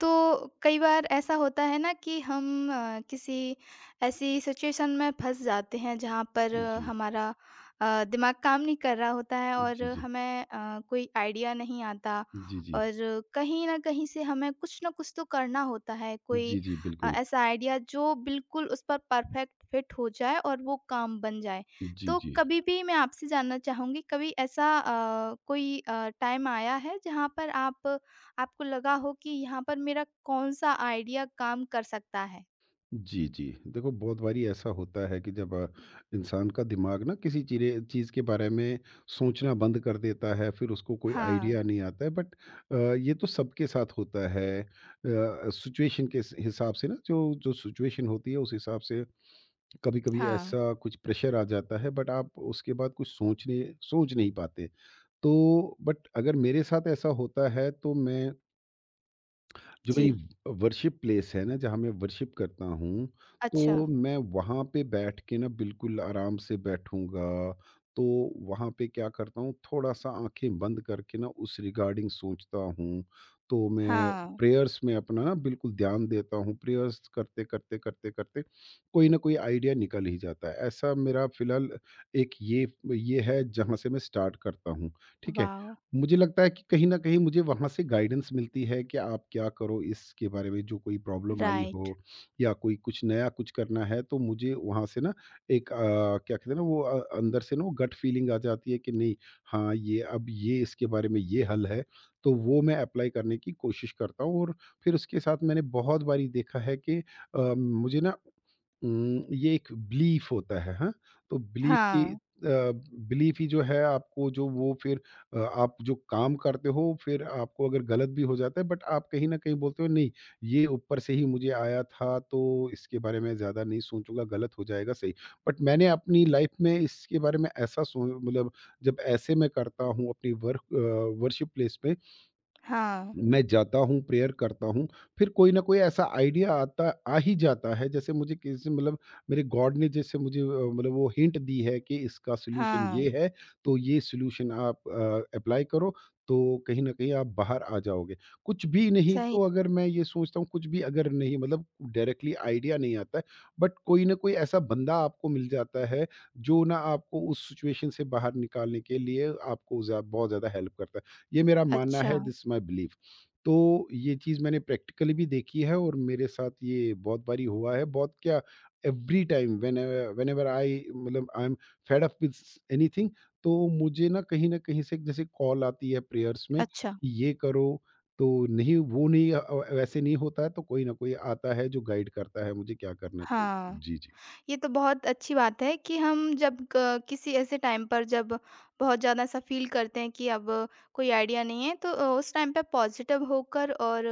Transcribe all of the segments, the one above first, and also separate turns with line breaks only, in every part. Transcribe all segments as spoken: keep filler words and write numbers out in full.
तो कई बार ऐसा होता है ना कि हम अ, किसी ऐसी सिचुएशन में फँस जाते हैं जहाँ पर
जी,
हमारा अ, दिमाग काम नहीं कर रहा होता है और
जी, जी।
हमें अ, कोई आइडिया नहीं आता
जी, जी।
और कहीं न कहीं से हमें कुछ न कुछ तो करना होता है, कोई
जी, जी,
अ,
बिल्कुल।
ऐसा आइडिया जो बिल्कुल उस पर परफेक्ट फिट हो जाए और वो काम बन जाए।
जी,
तो
जी।
कभी भी मैं आपसे जानना चाहूँगी, कभी ऐसा अ, कोई अ, टाइम आया है जहाँ पर आप आपको लगा हो कि यहाँ पर मेरा कौन-सा आइडिया काम कर सकता है।
जी, जी। देखो बहुत बारी ऐसा होता है कि जब अ, इंसान का दिमाग ना किसी चीरे चीज़ के बारे में सोचना बंद कर देता है, फिर उसको कोई
हाँ,
आइडिया नहीं आता है बट अ, ये तो सबके साथ होता है। अ, सिचुएशन के स हिसाब से ना जो जो सिचुएशन होती है उस हिसाब से कभी-कभी
हाँ,
ऐसा कुछ प्रेशर आ जाता है बट आप उसके बाद कुछ सोचने सोच नहीं पाते। तो बट अगर मेरे साथ ऐसा होता है तो मैं जो
जी,
मेरी वर्शिप प्लेस है ना, जहाँ मैं वर्शिप करता हूँ,
अच्छा,
तो मैं वहाँ पे बैठ के ना बिल्कुल आराम से बैठूँगा। तो वहाँ पे क्या करता हूँ, थोड़ा-सा आँखें बंद करके ना उस रिगार्डिंग सोचता हूँ। तो मैं
हाँ,
प्रेयर्स में अपना ना बिल्कुल ध्यान देता हूँ। प्रेयर्स करते, करते, करते, करते कोई ना कोई आइडिया निकल ही जाता है। ऐसा मेरा फ़िलहाल एक ये ये है जहाँ से मैं स्टार्ट करता हूँ, ठीक है?
वाओ!
मुझे लगता है कि कहीं न कहीं मुझे वहाँ से गाइडेंस मिलती है कि आप क्या करो इसके बारे में जो कोई प्रॉब्लम आई
राइट,
हो या कोई कुछ नया कुछ करना है तो मुझे वहाँ से ना एक अ, क्या कहते हैं ना वो अ, अंदर से ना वो गट फीलिंग आ जाती है कि नहीं हाँ, ये अब ये इसके बारे में ये हल है, तो वो मैं अप्लाई करने की कोशिश करता हूँ और फिर उसके साथ मैंने बहुत बारी देखा है कि अ, मुझे ना उम, ये एक बिलीफ होता है, हाँ? तो बिलीफ की
हाँ,
अ, बिलीफ ही जो है आपको जो वो फिर अ, आप जो काम करते हो फिर आपको अगर गलत भी हो जाता है बट आप कहीं ना कहीं बोलते हो नहीं ये ऊपर से ही मुझे आया था तो इसके बारे में ज़्यादा नहीं सोचूंगा गलत हो जाएगा सही बट मैंने अपनी लाइफ में इसके बारे में ऐसा सो मतलब जब ऐसे मैं करता हूँ अपनी वर्क वर्कशिप प्लेस पे
हाँ,
मैं जाता हूँ, प्रेयर करता हूँ, फिर कोई न कोई ऐसा आइडिया आता आ ही जाता है, जैसे मुझे किसी मतलब मेरे गॉड ने जैसे मुझे अ, मतलब वो हिंट दी है कि इसका सॉल्यूशन
हाँ,
ये है, तो ये सॉल्यूशन आप अ, अप्लाई करो, तो कहीं न कहीं आप बाहर आ जाओगे। कुछ भी नहीं
सही,
तो अगर मैं ये सोचता हूँ, कुछ भी अगर नहीं मतलब डायरेक्टली आइडिया नहीं आता है, बट कोई न कोई ऐसा बंदा आपको मिल जाता है, जो ना आपको उस सिचुएशन से बाहर निकालने के लिए आपको ज़्या बहुत ज़्यादा हेल्प करता है। ये मेरा मानना
अच्छा,
है, दिस इज़ माय बिलीफ। तो ये चीज़ मैंने प्रैक्टिकली भी देखी है और मेरे साथ ये बहुत बारी हुआ है। बहुत क्या every time whenever whenever I मतलब I am fed up with anything तो मुझे ना कहीं न कहीं से जैसे कॉल आती है प्रेयर्स में
अच्छा,
कि ये करो, तो नहीं वो नहीं अ अ, वैसे नहीं होता है तो कोई ना कोई आता है जो गाइड करता है मुझे क्या करना चाहिए।
हाँ।
जी, जी।
ये तो बहुत अच्छी बात है कि हम जब क किसी ऐसे टाइम पर जब बहुत ज़्यादा ऐसा फ़ील करते हैं कि अब कोई आइडिया नहीं है तो अ, उस टाइम पे पॉज़िटिव होकर और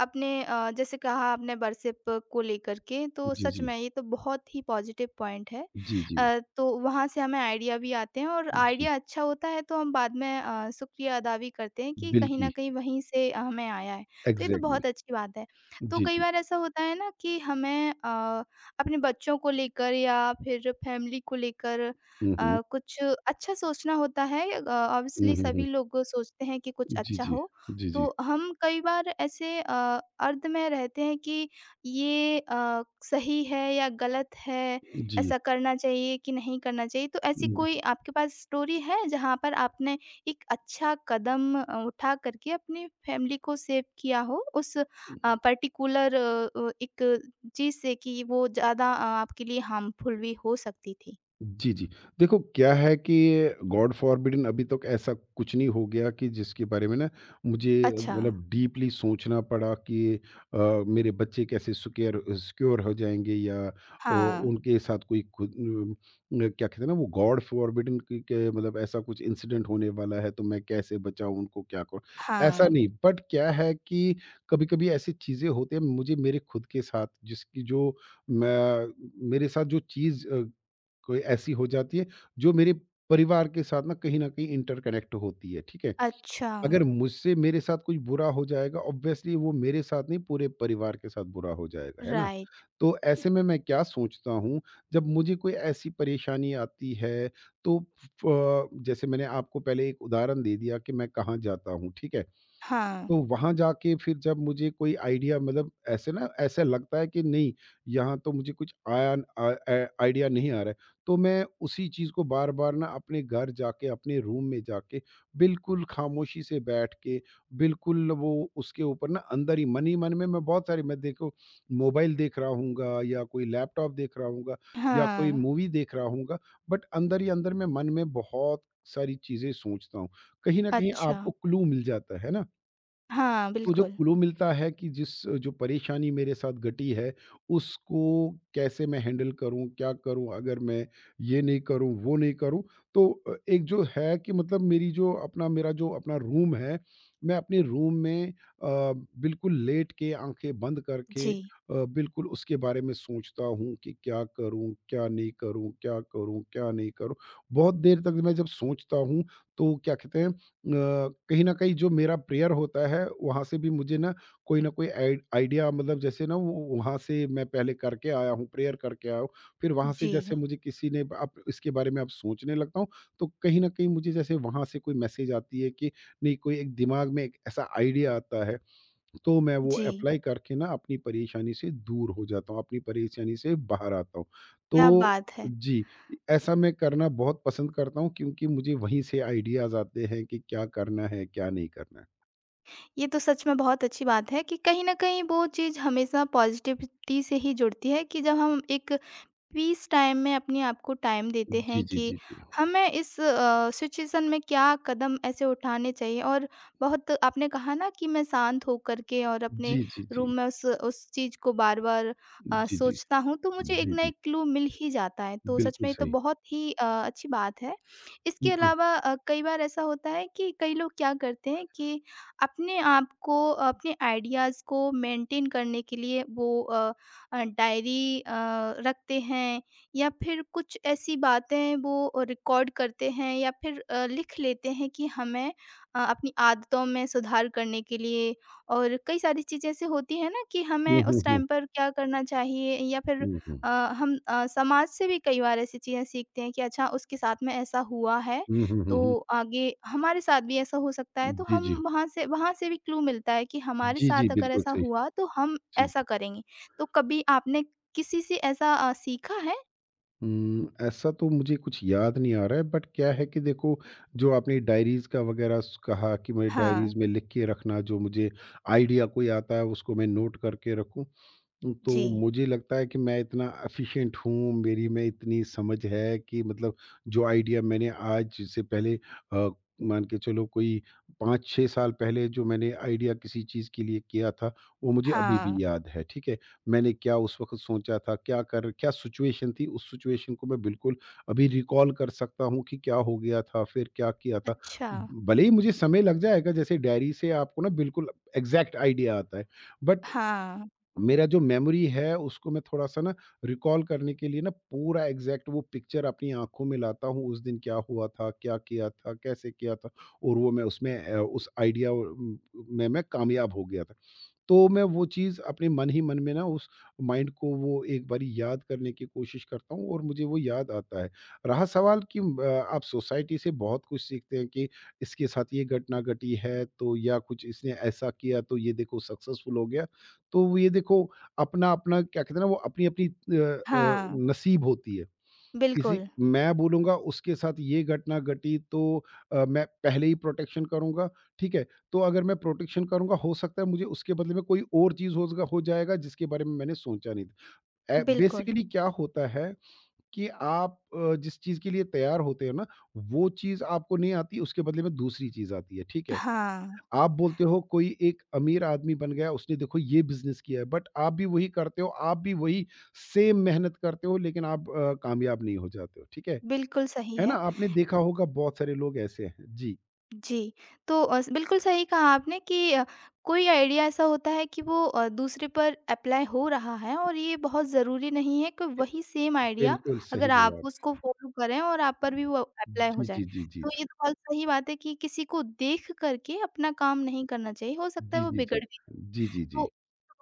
अपने अ, जैसे कहा आपने बरसिप को लेकर के तो
जी,
सच
जी।
में ये तो बहुत ही पॉज़िटिव पॉइंट है।
जी, जी।
अ, तो वहाँ से हमें आइडिया भी आते हैं और
जी।
आइडिया अच्छा होता है तो हम बाद में अ, शुक्रिया अदा भी करते हैं कि कहीं न
बिल्कि
कहीं वहीं से हमें आया है। तो ये तो
एग्ज़ैक्टली।
बहुत अच्छी बात है। तो
जी,
कई
जी।
बार ऐसा होता है ना कि हमें अ अपने बच्चों को लेकर या फिर फैमिली को लेकर
हुँ, हुँ।
अ, कुछ अच्छा सोचना होता है।
हुँ,
ऑब्वियसली
हुँ,
सभी
हुँ।
लोग सोचते हैं कि कुछ
जी,
अच्छा
जी।
हो।
जी, जी।
तो हम कई बार ऐसे अ, अर्ध में रहते हैं कि ये अ, सही है या गलत है, ऐसा करना चाहिए कि नहीं करना चाहिए। तो ऐसी
जी।
कोई आपके पास स्टोरी है जहाँ पर आपने एक अच्छा कदम अ, उठा करके अपनी फैमिली को सेव किया हो उस अ, पर्टिकुलर अ, एक जिससे कि वो ज़्यादा अ, आपके लिए हार्मफुल भी हो सकती थी।
जी, जी। देखो क्या है कि गॉड फ़ॉरबिडेन अभी तक ऐसा कुछ नहीं हो गया कि जिसके बारे में ना मुझे
अच्छा,
मतलब डीपली सोचना पड़ा कि अ, मेरे बच्चे कैसे सिक्योर सिक्योर हो जाएँगे या अ,
हाँ,
उनके साथ कोई खुद उम, क्या कहते हैं ना वो गॉड फ़ॉरबिडेन कि के मतलब ऐसा कुछ इंसिडेंट होने वाला है तो मैं कैसे बचाऊँ उनको क्या करूँ? ऐसा
हाँ,
नहीं बट क्या है कि कभी-कभी ऐसी चीज़ें होती हैं मुझे मेरे खुद के साथ जिसकी जो मैं मेरे साथ जो चीज़ अ, कोई ऐसी हो जाती है जो मेरे परिवार के साथ ना कहीं न कहीं इंटरकनेक्ट होती है, ठीक है?
अच्छा,
अगर मुझसे मेरे साथ कुछ बुरा हो जाएगा ऑब्वियसली वो मेरे साथ नहीं पूरे परिवार के साथ बुरा हो जाएगा, है ना?
राइट,
तो ऐसे में मैं क्या सोचता हूँ, जब मुझे कोई ऐसी परेशानी आती है तो फ जैसे मैंने आपको पहले एक उदाहरण दे दिया कि मैं कहाँ जाता हूँ, ठीक है?
हाँ,
तो वहाँ जाके फिर जब मुझे कोई आइडिया मतलब ऐसे ना ऐसा लगता है कि नहीं यहाँ तो मुझे कुछ आया आ- आ- आइडिया नहीं आ रहा है तो मैं उसी चीज़ को बार बार ना अपने घर जाके अपने रूम में जाके बिल्कुल खामोशी से बैठ के बिल्कुल वो उसके ऊपर ना अंदर ही मन ही मन में मैं बहुत सारी मैं देखो मोबाइल देख रहा हूँ या कोई लैपटॉप देख रहा हूँ या कोई
हाँ,
मूवी देख रहा हूँ बट अंदर ही अंदर में मन में बहुत सारी चीज़ें सोचता हूँ कहीं ना कहीं
अच्छा,
आपको क्लू मिल जाता है ना
हाँ,
तो जो
बिल्कुल।
क्लू मिलता है कि जिस जो परेशानी मेरे साथ घटी है, उसको कैसे मैं हैंडल करूँ, क्या करूँ? अगर मैं ये नहीं करूँ, वो नहीं करूँ, तो अ, एक जो है कि मतलब मेरी जो अपना मेरा जो अपना रूम है, मैं अपने रूम में अ, बिल्कुल लेट के आँखें बंद करके अ,
जी,
बिल्कुल उसके बारे में सोचता हूँ कि क्या करूँ, क्या नहीं करूँ, क्या करूँ, क्या नहीं करूँ? बहुत देर तक मैं जब सोचता हूँ, तो क्या कहते हैं अ, कहीं न कहीं जो मेरा प्रेयर होता है, वहाँ से भी मुझे ना कोई ना कोई आइ आइडिया मतलब जैसे ना वो वहाँ से मैं पहले करके आया हूँ, प्रेयर करके आया हूँ। फिर वहाँ से
जी,
जैसे मुझे किसी ने अब इसके बारे में अब सोचने लगता हूँ, तो कहीं न कहीं मुझे जैसे वहाँ से कोई मैसेज आती है कि नहीं कोई एक दिमाग में एक ऐसा आइडिया आता है। तो मैं वो
जी,
अप्लाई करके ना अपनी परेशानी से दूर हो जाता हूँ, अपनी परेशानी से बाहर आता हूँ।
क्या
तो
बात है!
जी, ऐसा मैं करना बहुत पसंद करता हूँ क्योंकि मुझे वहीं से आइडियाज़ आते हैं कि क्या करना है, क्या नहीं करना है।
ये तो सच में बहुत अच्छी बात है कि कहीं न कहीं वो चीज़ हमेशा पॉज़िटिविटी से ही जुड़ती है कि जब हम एक पीस टाइम में अपने आप को टाइम देते हैं
जी, जी,
कि
जी, जी।
हमें इस अ, सिचुएशन में क्या कदम ऐसे उठाने चाहिए और बहुत आपने कहा ना कि मैं शांत होकर के और
जी,
अपने
जी,
रूम
जी।
में उस उस चीज़ को बार-बार अ,
जी, जी।
सोचता हूँ, तो मुझे एक
जी,
ना
जी।
एक क्लू मिल ही जाता है। तो सच
बिल्कुल
में ये तो
सही।
बहुत ही अ, अच्छी बात है। इसके
बिल्कुल।
अलावा अ, कई बार ऐसा होता है कि कई लोग क्या करते हैं कि अपने आप को, अपने आइडियाज़ को मेंटेन करने के लिए वो अ, अ, डायरी अ, रखते हैं या फिर कुछ ऐसी बातें वो रिकॉर्ड करते हैं या फिर अ, लिख लेते हैं कि हमें अ, अपनी आदतों में सुधार करने के लिए और कई सारी चीज़ें ऐसे होती हैं ना कि हमें
हुँ, हुँ,
उस
हुँ।
टाइम पर क्या करना चाहिए या फिर
हुँ,
अ,
हुँ।
हम अ, समाज से भी कई बार ऐसी चीज़ें सीखते हैं कि अच्छा उसके साथ में ऐसा हुआ है
हुँ, हुँ, हुँ, हुँ।
तो आगे हमारे साथ भी ऐसा हो सकता है तो
जी,
हम
जी।
वहाँ से वहाँ से भी क्लू मिलता है कि हमारे
जी, जी,
साथ अगर
बिल्कुल
ऐसा
सही।
हुआ तो हम
जी।
ऐसा करेंगे। तो कभी आपने किसी से ऐसा अ, सीखा है?
हुँ, ऐसा तो मुझे कुछ याद नहीं आ रहा है बट क्या है कि देखो जो आपने डायरीज़ का वग़ैरह स कहा कि मैं
हाँ,
डायरीज़ में लिख के रखना जो मुझे आइडिया कोई आता है उसको मैं नोट करके रखूँ। तो
जी।
मुझे लगता है कि मैं इतना एफिशिएंट हूँ, मेरी में इतनी समझ है कि मतलब जो आइडिया मैंने आज से पहले अ, मान के चलो कोई पाँच छह साल पहले जो मैंने आइडिया किसी चीज़ के लिए किया था, वो मुझे अभी भी
हाँ।
याद है, ठीक है? मैंने क्या उस वक़्त सोचा था, क्या कर क्या सिचुएशन थी, उस सिचुएशन को मैं बिल्कुल अभी रिकॉल कर सकता हूँ कि क्या हो गया था, फिर क्या किया था।
अच्छा।
भले ही मुझे समय लग जाएगा, जैसे डायरी से आपको ना बिल्कुल एग्ज़ैक्ट आइडिया आता है, बट
हाँ,
मेरा जो मेमोरी है उसको मैं थोड़ा-सा ना रिकॉल करने के लिए ना पूरा एग्ज़ैक्ट वो पिक्चर अपनी आँखों में लाता हूँ, उस दिन क्या हुआ था, क्या किया था, कैसे किया था और वो मैं उसमें अ, उस आइडिया उम, में मैं कामयाब हो गया था। तो मैं वो चीज़ अपने मन ही मन में ना उस माइंड को वो एक बारी याद करने की कोशिश करता हूँ और मुझे वो याद आता है। रहा सवाल कि अ, आप सोसाइटी से बहुत कुछ सीखते हैं कि इसके साथ ये घटना घटी है तो या कुछ इसने ऐसा किया तो ये देखो सक्सेसफुल हो गया। तो ये देखो अपना-अपना क्या कहते हैं ना वो अपनी-अपनी अ अ,
हाँ।
नसीब होती है। किसी
बिल्कुल,
मैं बोलूँगा उसके साथ ये घटना घटी तो अ, मैं पहले ही प्रोटेक्शन करूँगा, ठीक है? तो अगर मैं प्रोटेक्शन करूँगा हो सकता है मुझे उसके बदले में कोई और चीज़ हो ज़गा हो जाएगा जिसके बारे में मैंने सोचा नहीं था। ए
बिल्कुल।
बेसिकली क्या होता है कि आप अ, जिस चीज़ के लिए तैयार होते हो ना, वो चीज़ आपको नहीं आती उसके बदले में दूसरी चीज़ आती है, ठीक है?
हाँ।
आप बोलते हो कोई एक अमीर आदमी बन गया उसने देखो ये बिज़नेस किया है बट आप भी वही करते हो, आप भी वही सेम मेहनत करते हो लेकिन आप अ, कामयाब नहीं हो जाते हो, ठीक है?
बिल्कुल सही
है ना?
है।
आपने देखा होगा बहुत सारे लोग ऐसे हैं। जी,
जी। तो अस बिल्कुल सही कहा आपने कि अ, कोई आइडिया ऐसा होता है कि वो अ, दूसरे पर एप्लाई हो रहा है और ये बहुत ज़रूरी नहीं है कि वही सेम आइडिया
बिल्कुल
अगर
सही
आप
बोला आपने।
उसको फ़ॉलो करें और आप पर भी वो एप्लाई
जी,
हो जाए।
जी, जी, जी,
तो
जी।
ये तो बहुत सही बात है कि किसी को देख कर के अपना काम नहीं करना चाहिए, हो सकता है
जी,
वो
जी,
बिगड़
जी।
भी।
जी, जी, जी।
तो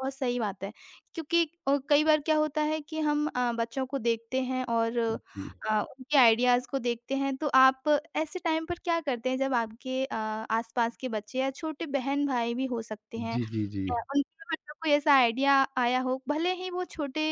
बहुत सही बात है क्योंकि अ, कई बार क्या होता है कि हम अ, बच्चों को देखते हैं और
जी।
अ, उनके आइडियाज़ को देखते हैं तो आप ऐसे टाइम पर क्या करते हैं जब आपके अ, आसपास के बच्चे या छोटे बहन-भाई भी हो सकते हैं
जी, जी, जी।
अ, उनके मतलब कोई ऐसा आइडिया आया हो भले ही वो छोटे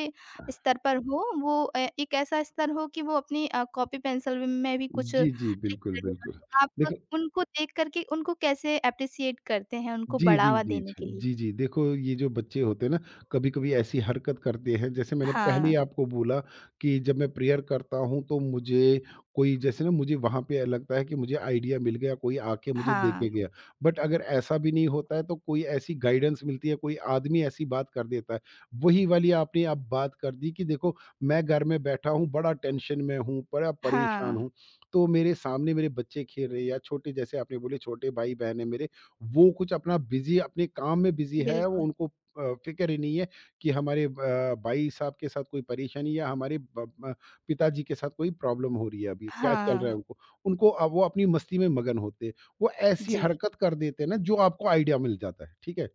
स्तर पर हो वो अ, एक ऐसा स्तर हो कि वो अपनी अ, कॉपी पेंसिल में भी कुछ लिख
जी, जी, बिल्कुल,
रहे हो
बिल्कुल।
तो आप
देखो
उनको देख कर के उनको कैसे एप्रिशिएट करते हैं उनको
जी, जी,
बढ़ावा
जी,
देने
छ
के लिए?
जी, जी। देखो ये जो बच्चे होते हैं ना, कभी-कभी ऐसी हरकत करते हैं, जैसे मैंने पहले
हाँ,
ही आपको बोला कि जब मैं प्रेयर करता हूँ, तो मुझे कोई जैसे ना मुझे वहाँ पे लगता है कि मुझे आइडिया मिल गया, कोई आके मुझे दे
हाँ,
के गया। बट अगर ऐसा भी नहीं होता है, तो कोई ऐसी गाइडेंस मिलती है, कोई आदमी ऐसी बात कर देता है। वही वाली आपने अब बात कर दी कि देखो, मैं घर में बैठा हूँ, बड़ा टेंशन में हूँ, बड़ा
हाँ,
परेशान हूँ, तो मेरे सामने मेरे बच्चे खेल रहे हैं या छोटे जैसे आपने बोले छोटे भाई-बहन हैं मेरे, वो कुछ अपना बिज़ी अपने काम में बिज़ी है, वो
बिल्कुल।
उनको अ, फ़िक्र ही नहीं है कि हमारे ब भाई साहब के साथ कोई परेशानी या हमारे ब ब पिताजी के साथ कोई प्रॉब्लम हो रही है अभी, क्या चल रहा
हाँ,
है उनको। उनको अब वो अपनी मस्ती में मगन होते हैं। वो ऐसी
जी।
हरकत कर देते हैं ना, जो आपको आइडिया मिल जाता है, ठीक है?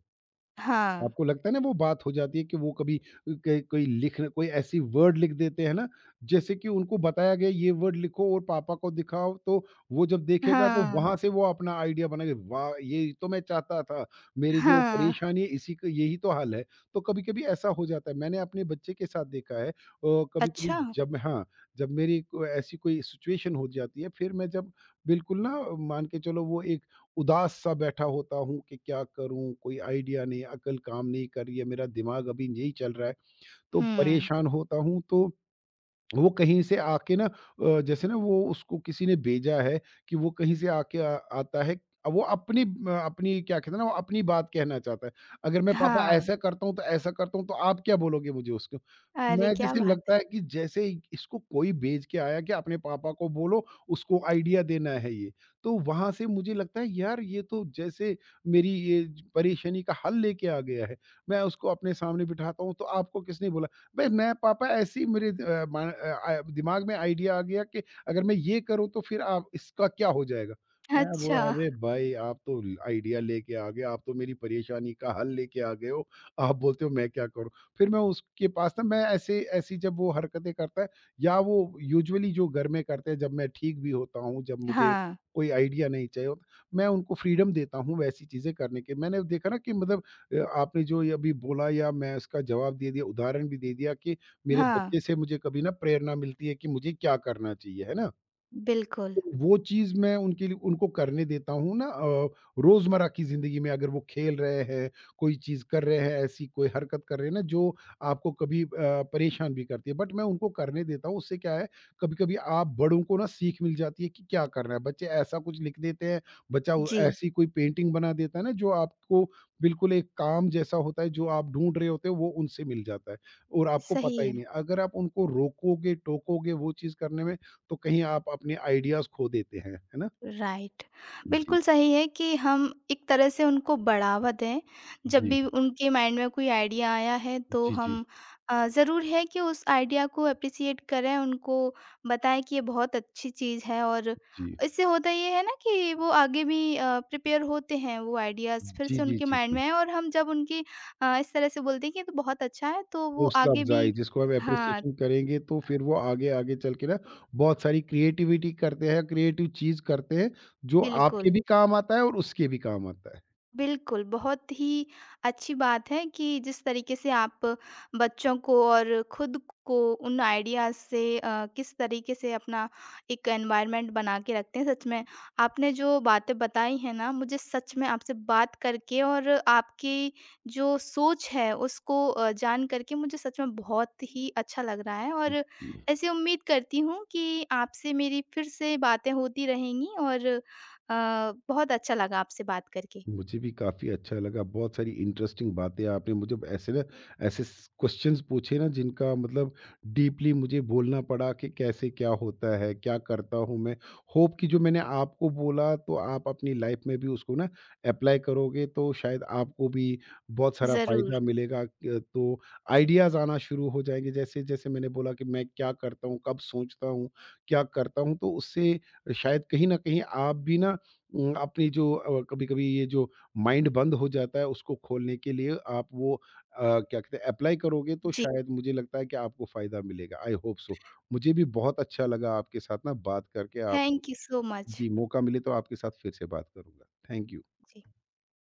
हाँ,
आपको लगता है ना वो बात हो जाती है कि वो कभी क- कोई लिख कोई ऐसी वर्ड लिख देते हैं ना, जैसे कि उनको बताया गया ये वर्ड लिखो और पापा को दिखाओ, तो वो जब देखेगा तो
हाँ,
वहां से वो अपना आइडिया बनाएगा। वाह, ये तो मैं चाहता था, मेरी जो
हाँ।
परेशानी है इसी का यही तो हल है। तो कभी कभी ऐसा हो जाता है, मैंने अपने बच्चे के साथ देखा है। कभी कभी
अच्छा?
जब हाँ, जब मेरी को- ऐसी कोई सिचुएशन हो जाती है, फिर मैं जब बिल्कुल ना, मान के चलो वो एक उदास सा बैठा होता हूँ कि क्या करूँ, कोई आइडिया नहीं, अकल काम नहीं कर रही है, मेरा दिमाग अभी नहीं चल रहा है, तो
हुँ,
परेशान होता हूँ, तो वो कहीं से आके ना, अ, जैसे ना वो उसको किसी ने भेजा है कि वो कहीं से आके आ, आता है। अब वो अपनी अ, अपनी क्या कहते हैं ना, वो अपनी बात कहना चाहता है। अगर मैं पापा
हाँ।
ऐसा करता हूँ तो ऐसा करता हूँ तो आप क्या बोलोगे मुझे उसको?
अरे
मैं
क्या
जैसे
बात
लगता
है!
है कि जैसे ही इसको कोई भेज के आया कि अपने पापा को बोलो, उसको आइडिया देना है ये, तो वहां से मुझे लगता है, यार, ये तो जैसे मेरी ये परेशानी का हल लेके आ गया है। मैं उसको अपने सामने बिठाता हूँ तो आपको किसने बोला भई? मैं पापा ऐसी मेरे द- अ, मा अ, आ दिमाग में आइडिया आ गया कि अगर मैं ये करूँ तो फिर आप इसका क्या हो जाएगा? मैं बोला,
अच्छा,
अरे भाई, आप तो ल आइडिया लेके आ गए, आप तो मेरी परेशानी का हल लेके आ गए हो, आप बोलते हो मैं क्या करूँ? फिर मैं उसके पास ना, मैं ऐसे ऐसी जब वो हरकतें करता है या वो यूजुअली जो घर में करते हैं, जब मैं ठीक भी होता हूँ, जब मुझे
हाँ,
कोई आइडिया नहीं चाहिए होता, मैं उनको फ्रीडम देता हूँ वैसी चीज़ें करने की। मैंने देखा ना कि मतलब, अ, आपने जो ये अभी बोला या मैं इसका जवाब दे दिया, उदाहरण भी दे दिया कि मेरे
हाँ,
बच्चे से मुझे कभी ना प्रेरणा मिलती है कि मुझे क्या करना चाहिए, है ना?
बिल्कुल।
तो वो चीज़ मैं उनके लिए उनको करने देता हूँ ना, अ, रोज़मर्रा की ज़िंदगी में अगर वो खेल रहे हैं, कोई चीज़ कर रहे हैं, ऐसी कोई हरकत कर रहे हैं ना जो आपको कभी अ, परेशान भी करती है। बट मैं उनको करने देता हूँ, उससे क्या है, कभी-कभी आप बड़ों को ना सीख मिल जाती है कि क्या करना है। बच्चे ऐसा कुछ लिख देते हैं, बच्चा वो
जी,
ऐसी कोई पेंटिंग बना देता है ना जो आपको बिल्कुल एक काम जैसा होता है जो आप ढूँढ रहे होते हो, वो उनसे मिल जाता है और आपको पता
सही
ही
है।
नहीं। अगर आप उनको रोकोगे, टोकोगे वो चीज़ करने में, तो कहीं आप अपने आइडियाज़ खो देते हैं, है ना?
राइट।
जी।
बिल्कुल सही है कि हम एक तरह से उनको बढ़ावा दें। जब
जी।
भी उनके माइंड में कोई आइडिया आया है तो
जी, जी।
हम अ, ज़रूर है कि उस आइडिया को एप्रिशिएट करें, उनको बताएँ कि ये बहुत अच्छी चीज़ है और
जी।
इससे होता ये है ना कि वो आगे भी अ, प्रिपेयर होते हैं वो आइडियाज़ फिर
जी,
से
जी,
उनके
जी,
माइंड में
जी।
हैं और हम जब उनकी अ, इस तरह से बोलते हैं कि ये तो बहुत अच्छा है तो वो
हौसला
आगे भी
अफ़ज़ाई जिसको हम
हाँ,
एप्रिसिएशन करेंगे, तो फिर वो आगे, आगे चल के ना बहुत सारी क्रिएटिविटी करते हैं, क्रिएटिव चीज़ करते हैं, जो आपके
बिल्कुल।
भी काम आता है और उसके भी काम आता है।
बिल्कुल, बहुत ही अच्छी बात है कि जिस तरीके से आप बच्चों को और खुद को उन आइडियाज़ से अ, किस तरीके से अपना एक एनवायरनमेंट बना के रखते हैं, सच में। आपने जो बातें बताई हैं ना, मुझे सच में आपसे बात करके और आपकी जो सोच है, उसको अ, जान करके मुझे सच में बहुत ही अच्छा लग रहा है और
जी।
ऐसी उम्मीद करती हूँ कि आपसे मेरी फिर से बातें होती रहेंगी और अ, बहुत अच्छा लगा आपसे बात करके।
मुझे भी काफ़ी अच्छा लगा, बहुत सारी इंटरेस्टिंग बातें आपने मुझे ऐसे ना, ऐसे स क्वेश्चन्स पूछे ना जिनका मतलब डीपली मुझे बोलना पड़ा कि कैसे क्या होता है, क्या करता हूँ मैं। होप कि जो मैंने आपको बोला तो आप अपनी लाइफ में भी उसको ना एप्लाई करोगे, तो शायद आपको भी बहुत सारा
ज़रूर,
फ़ायदा मिलेगा। क तो आइडियाज़ आना शुरू हो जाएँगे, जैसे-जैसे मैंने बोला कि मैं क्या करता हूँ, कब सोचता हूँ, क्या करता हूँ, तो उससे शायद कहीं न कहीं आप भी ना उम, अपनी जो अ, कभी-कभी ये जो माइंड बंद हो जाता है, उसको खोलने के लिए आप वो अ, क्या कहते हैं अप्लाई करोगे, तो
जी।
शायद मुझे लगता है कि आपको फ़ायदा मिलेगा। I hope so. मुझे भी बहुत अच्छा लगा आपके साथ ना बात करके आप।
Thank you so much.
जी, मौका मिले तो आपके साथ फिर से बात करूँगा। Thank you.
जी।